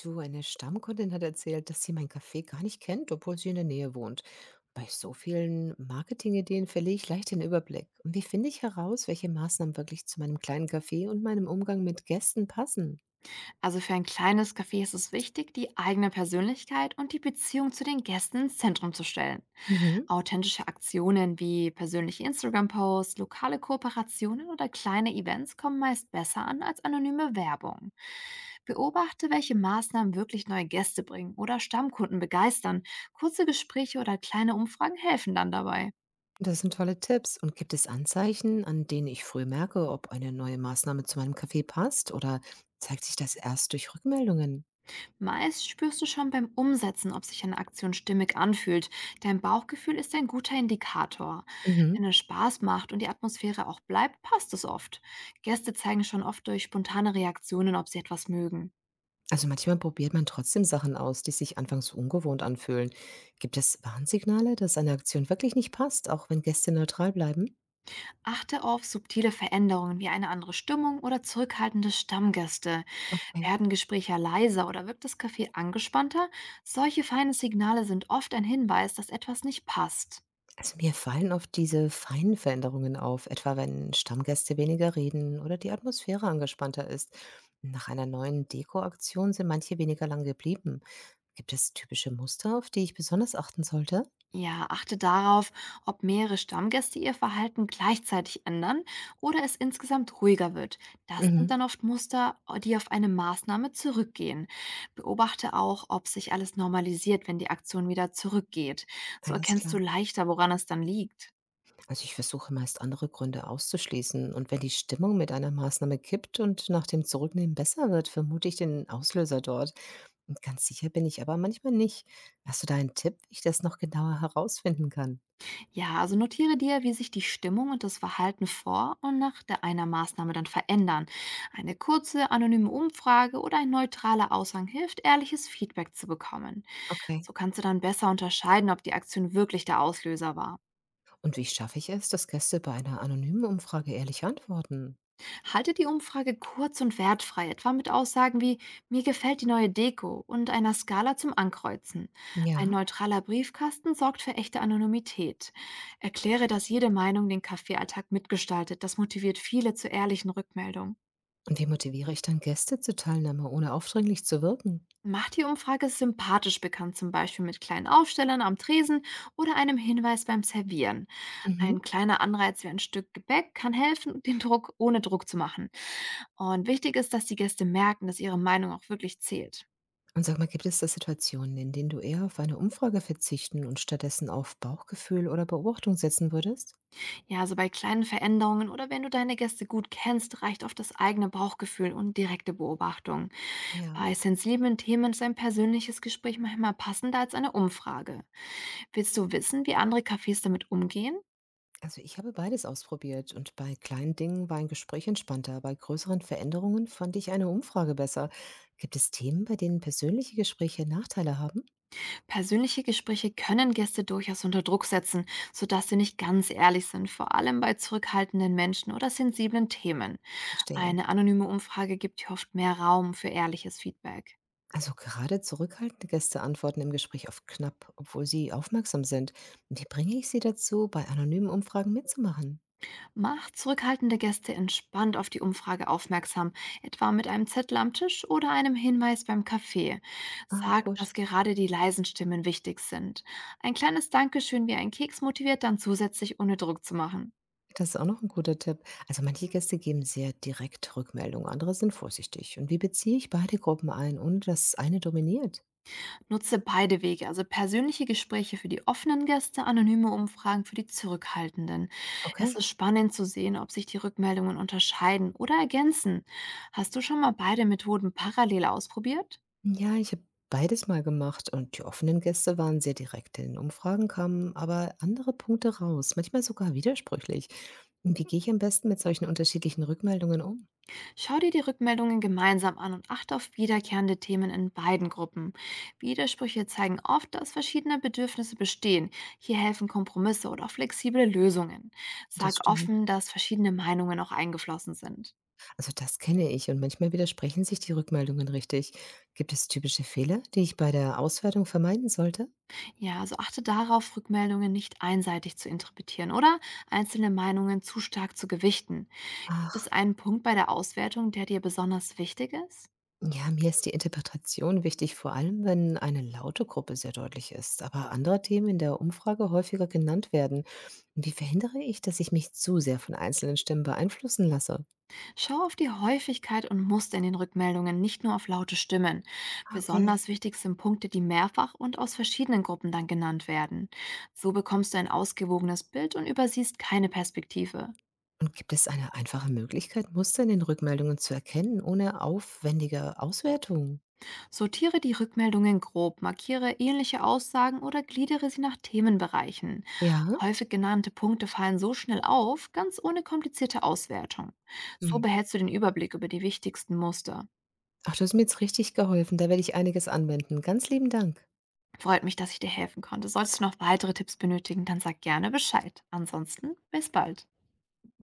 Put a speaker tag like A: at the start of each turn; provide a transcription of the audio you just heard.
A: Du, eine Stammkundin hat erzählt, dass sie mein Café gar nicht kennt, obwohl sie in der Nähe wohnt. Bei so vielen Marketingideen verliere ich leicht den Überblick. Und wie finde ich heraus, welche Maßnahmen wirklich zu meinem kleinen Café und meinem Umgang mit Gästen passen?
B: Also für ein kleines Café ist es wichtig, die eigene Persönlichkeit und die Beziehung zu den Gästen ins Zentrum zu stellen.
A: Mhm.
B: Authentische Aktionen wie persönliche Instagram-Posts, lokale Kooperationen oder kleine Events kommen meist besser an als anonyme Werbung. Beobachte, welche Maßnahmen wirklich neue Gäste bringen oder Stammkunden begeistern. Kurze Gespräche oder kleine Umfragen helfen dann dabei.
A: Das sind tolle Tipps. Und gibt es Anzeichen, an denen ich früh merke, ob eine neue Maßnahme zu meinem Café passt? Oder zeigt sich das erst durch Rückmeldungen?
B: Meist spürst du schon beim Umsetzen, ob sich eine Aktion stimmig anfühlt. Dein Bauchgefühl ist ein guter Indikator.
A: Mhm.
B: Wenn es Spaß macht und die Atmosphäre auch bleibt, passt es oft. Gäste zeigen schon oft durch spontane Reaktionen, ob sie etwas mögen.
A: Also manchmal probiert man trotzdem Sachen aus, die sich anfangs ungewohnt anfühlen. Gibt es Warnsignale, dass eine Aktion wirklich nicht passt, auch wenn Gäste neutral bleiben?
B: Achte auf subtile Veränderungen wie eine andere Stimmung oder zurückhaltende Stammgäste.
A: Ein-
B: Werden Gespräche leiser oder wirkt das Café angespannter? Solche feinen Signale sind oft ein Hinweis, dass etwas nicht passt.
A: Also mir fallen oft diese feinen Veränderungen auf, etwa wenn Stammgäste weniger reden oder die Atmosphäre angespannter ist. Nach einer neuen Dekoaktion sind manche weniger lang geblieben. Gibt es typische Muster, auf die ich besonders achten sollte?
B: Ja, achte darauf, ob mehrere Stammgäste ihr Verhalten gleichzeitig ändern oder es insgesamt ruhiger wird. Das sind
A: Mhm.
B: dann oft Muster, die auf eine Maßnahme zurückgehen. Beobachte auch, ob sich alles normalisiert, wenn die Aktion wieder zurückgeht. So
A: Alles
B: erkennst du
A: klar.
B: leichter, woran es dann liegt.
A: Also ich versuche meist andere Gründe auszuschließen. Und wenn die Stimmung mit einer Maßnahme kippt und nach dem Zurücknehmen besser wird, vermute ich den Auslöser dort. Und ganz sicher bin ich aber manchmal nicht. Hast du da einen Tipp, wie ich das noch genauer herausfinden kann?
B: Ja, also notiere dir, wie sich die Stimmung und das Verhalten vor und nach der einer Maßnahme dann verändern. Eine kurze, anonyme Umfrage oder ein neutraler Aushang hilft, ehrliches Feedback zu bekommen.
A: Okay.
B: So kannst du dann besser unterscheiden, ob die Aktion wirklich der Auslöser war.
A: Und wie schaffe ich es, dass Gäste bei einer anonymen Umfrage ehrlich antworten?
B: Halte die Umfrage kurz und wertfrei, etwa mit Aussagen wie "Mir gefällt die neue Deko" und einer Skala zum Ankreuzen.
A: Ja.
B: Ein neutraler Briefkasten sorgt für echte Anonymität. Erkläre, dass jede Meinung den Kaffeealltag mitgestaltet. Das motiviert viele zu ehrlichen Rückmeldungen.
A: Und wie motiviere ich dann Gäste zur Teilnahme, ohne aufdringlich zu wirken?
B: Macht die Umfrage sympathisch bekannt, zum Beispiel mit kleinen Aufstellern am Tresen oder einem Hinweis beim Servieren.
A: Mhm.
B: Ein kleiner Anreiz wie ein Stück Gebäck kann helfen, den Druck ohne Druck zu machen. Und wichtig ist, dass die Gäste merken, dass ihre Meinung auch wirklich zählt.
A: Und sag mal, gibt es da Situationen, in denen du eher auf eine Umfrage verzichten und stattdessen auf Bauchgefühl oder Beobachtung setzen würdest?
B: Ja, also bei kleinen Veränderungen oder wenn du deine Gäste gut kennst, reicht oft das eigene Bauchgefühl und direkte Beobachtung.
A: Ja,
B: Bei sensiblen Themen ist ein persönliches Gespräch manchmal passender als eine Umfrage. Willst du wissen, wie andere Cafés damit umgehen?
A: also ich habe beides ausprobiert und bei kleinen Dingen war ein Gespräch entspannter, bei größeren Veränderungen fand ich eine Umfrage besser. Gibt es Themen, bei denen persönliche Gespräche Nachteile haben?
B: Persönliche Gespräche können Gäste durchaus unter Druck setzen, sodass sie nicht ganz ehrlich sind, vor allem bei zurückhaltenden Menschen oder sensiblen Themen.
A: Verstehe.
B: Eine anonyme Umfrage gibt hier oft mehr Raum für ehrliches Feedback.
A: Also gerade zurückhaltende Gäste antworten im Gespräch oft knapp, obwohl sie aufmerksam sind. Wie bringe ich sie dazu, bei anonymen Umfragen mitzumachen?
B: Macht zurückhaltende Gäste entspannt auf die Umfrage aufmerksam, etwa mit einem Zettel am Tisch oder einem Hinweis beim Kaffee.
A: Ah,
B: Sagt,
A: gut.
B: dass gerade die leisen Stimmen wichtig sind. Ein kleines Dankeschön wie ein Keks motiviert dann zusätzlich, ohne Druck zu machen.
A: Das ist auch noch ein guter Tipp. Also manche Gäste geben sehr direkt Rückmeldung, andere sind vorsichtig. Und wie beziehe ich beide Gruppen ein, ohne dass eine dominiert?
B: Nutze beide Wege, also persönliche Gespräche für die offenen Gäste, anonyme Umfragen für die Zurückhaltenden. Es
A: Okay.
B: ist spannend zu sehen, ob sich die Rückmeldungen unterscheiden oder ergänzen. Hast du schon mal beide Methoden parallel ausprobiert?
A: Ja, ich habe beides mal gemacht und die offenen Gäste waren sehr direkt. In Umfragen kamen aber andere Punkte raus, manchmal sogar widersprüchlich. Und wie gehe ich am besten mit solchen unterschiedlichen Rückmeldungen um?
B: Schau dir die Rückmeldungen gemeinsam an und achte auf wiederkehrende Themen in beiden Gruppen. Widersprüche zeigen oft, dass verschiedene Bedürfnisse bestehen. Hier helfen Kompromisse oder auch flexible Lösungen.
A: Das
B: Sag
A: stimmt.
B: offen, dass verschiedene Meinungen auch eingeflossen sind.
A: Also das kenne ich und manchmal widersprechen sich die Rückmeldungen richtig. Gibt es typische Fehler, die ich bei der Auswertung vermeiden sollte?
B: Ja, also achte darauf, Rückmeldungen nicht einseitig zu interpretieren oder einzelne Meinungen zu stark zu gewichten. Gibt es
A: Ach.
B: einen Punkt bei der Auswertung, der dir besonders wichtig ist?
A: Ja, mir ist die Interpretation wichtig, vor allem wenn eine laute Gruppe sehr deutlich ist, aber andere Themen in der Umfrage häufiger genannt werden. Wie verhindere ich, dass ich mich zu sehr von einzelnen Stimmen beeinflussen lasse?
B: Schau auf die Häufigkeit und Muster in den Rückmeldungen, nicht nur auf laute Stimmen.
A: Okay.
B: Besonders wichtig sind Punkte, die mehrfach und aus verschiedenen Gruppen dann genannt werden. So bekommst du ein ausgewogenes Bild und übersiehst keine Perspektive.
A: Und gibt es eine einfache Möglichkeit, Muster in den Rückmeldungen zu erkennen, ohne aufwendige Auswertung?
B: Sortiere die Rückmeldungen grob, markiere ähnliche Aussagen oder gliedere sie nach Themenbereichen.
A: Ja?
B: Häufig genannte Punkte fallen so schnell auf, ganz ohne komplizierte Auswertung. So
A: Hm.
B: behältst du den Überblick über die wichtigsten Muster.
A: Ach, du hast mir jetzt richtig geholfen. Da werde ich einiges anwenden. Ganz lieben Dank.
B: Freut mich, dass ich dir helfen konnte. Solltest du noch weitere Tipps benötigen, dann sag gerne Bescheid. Ansonsten, bis bald.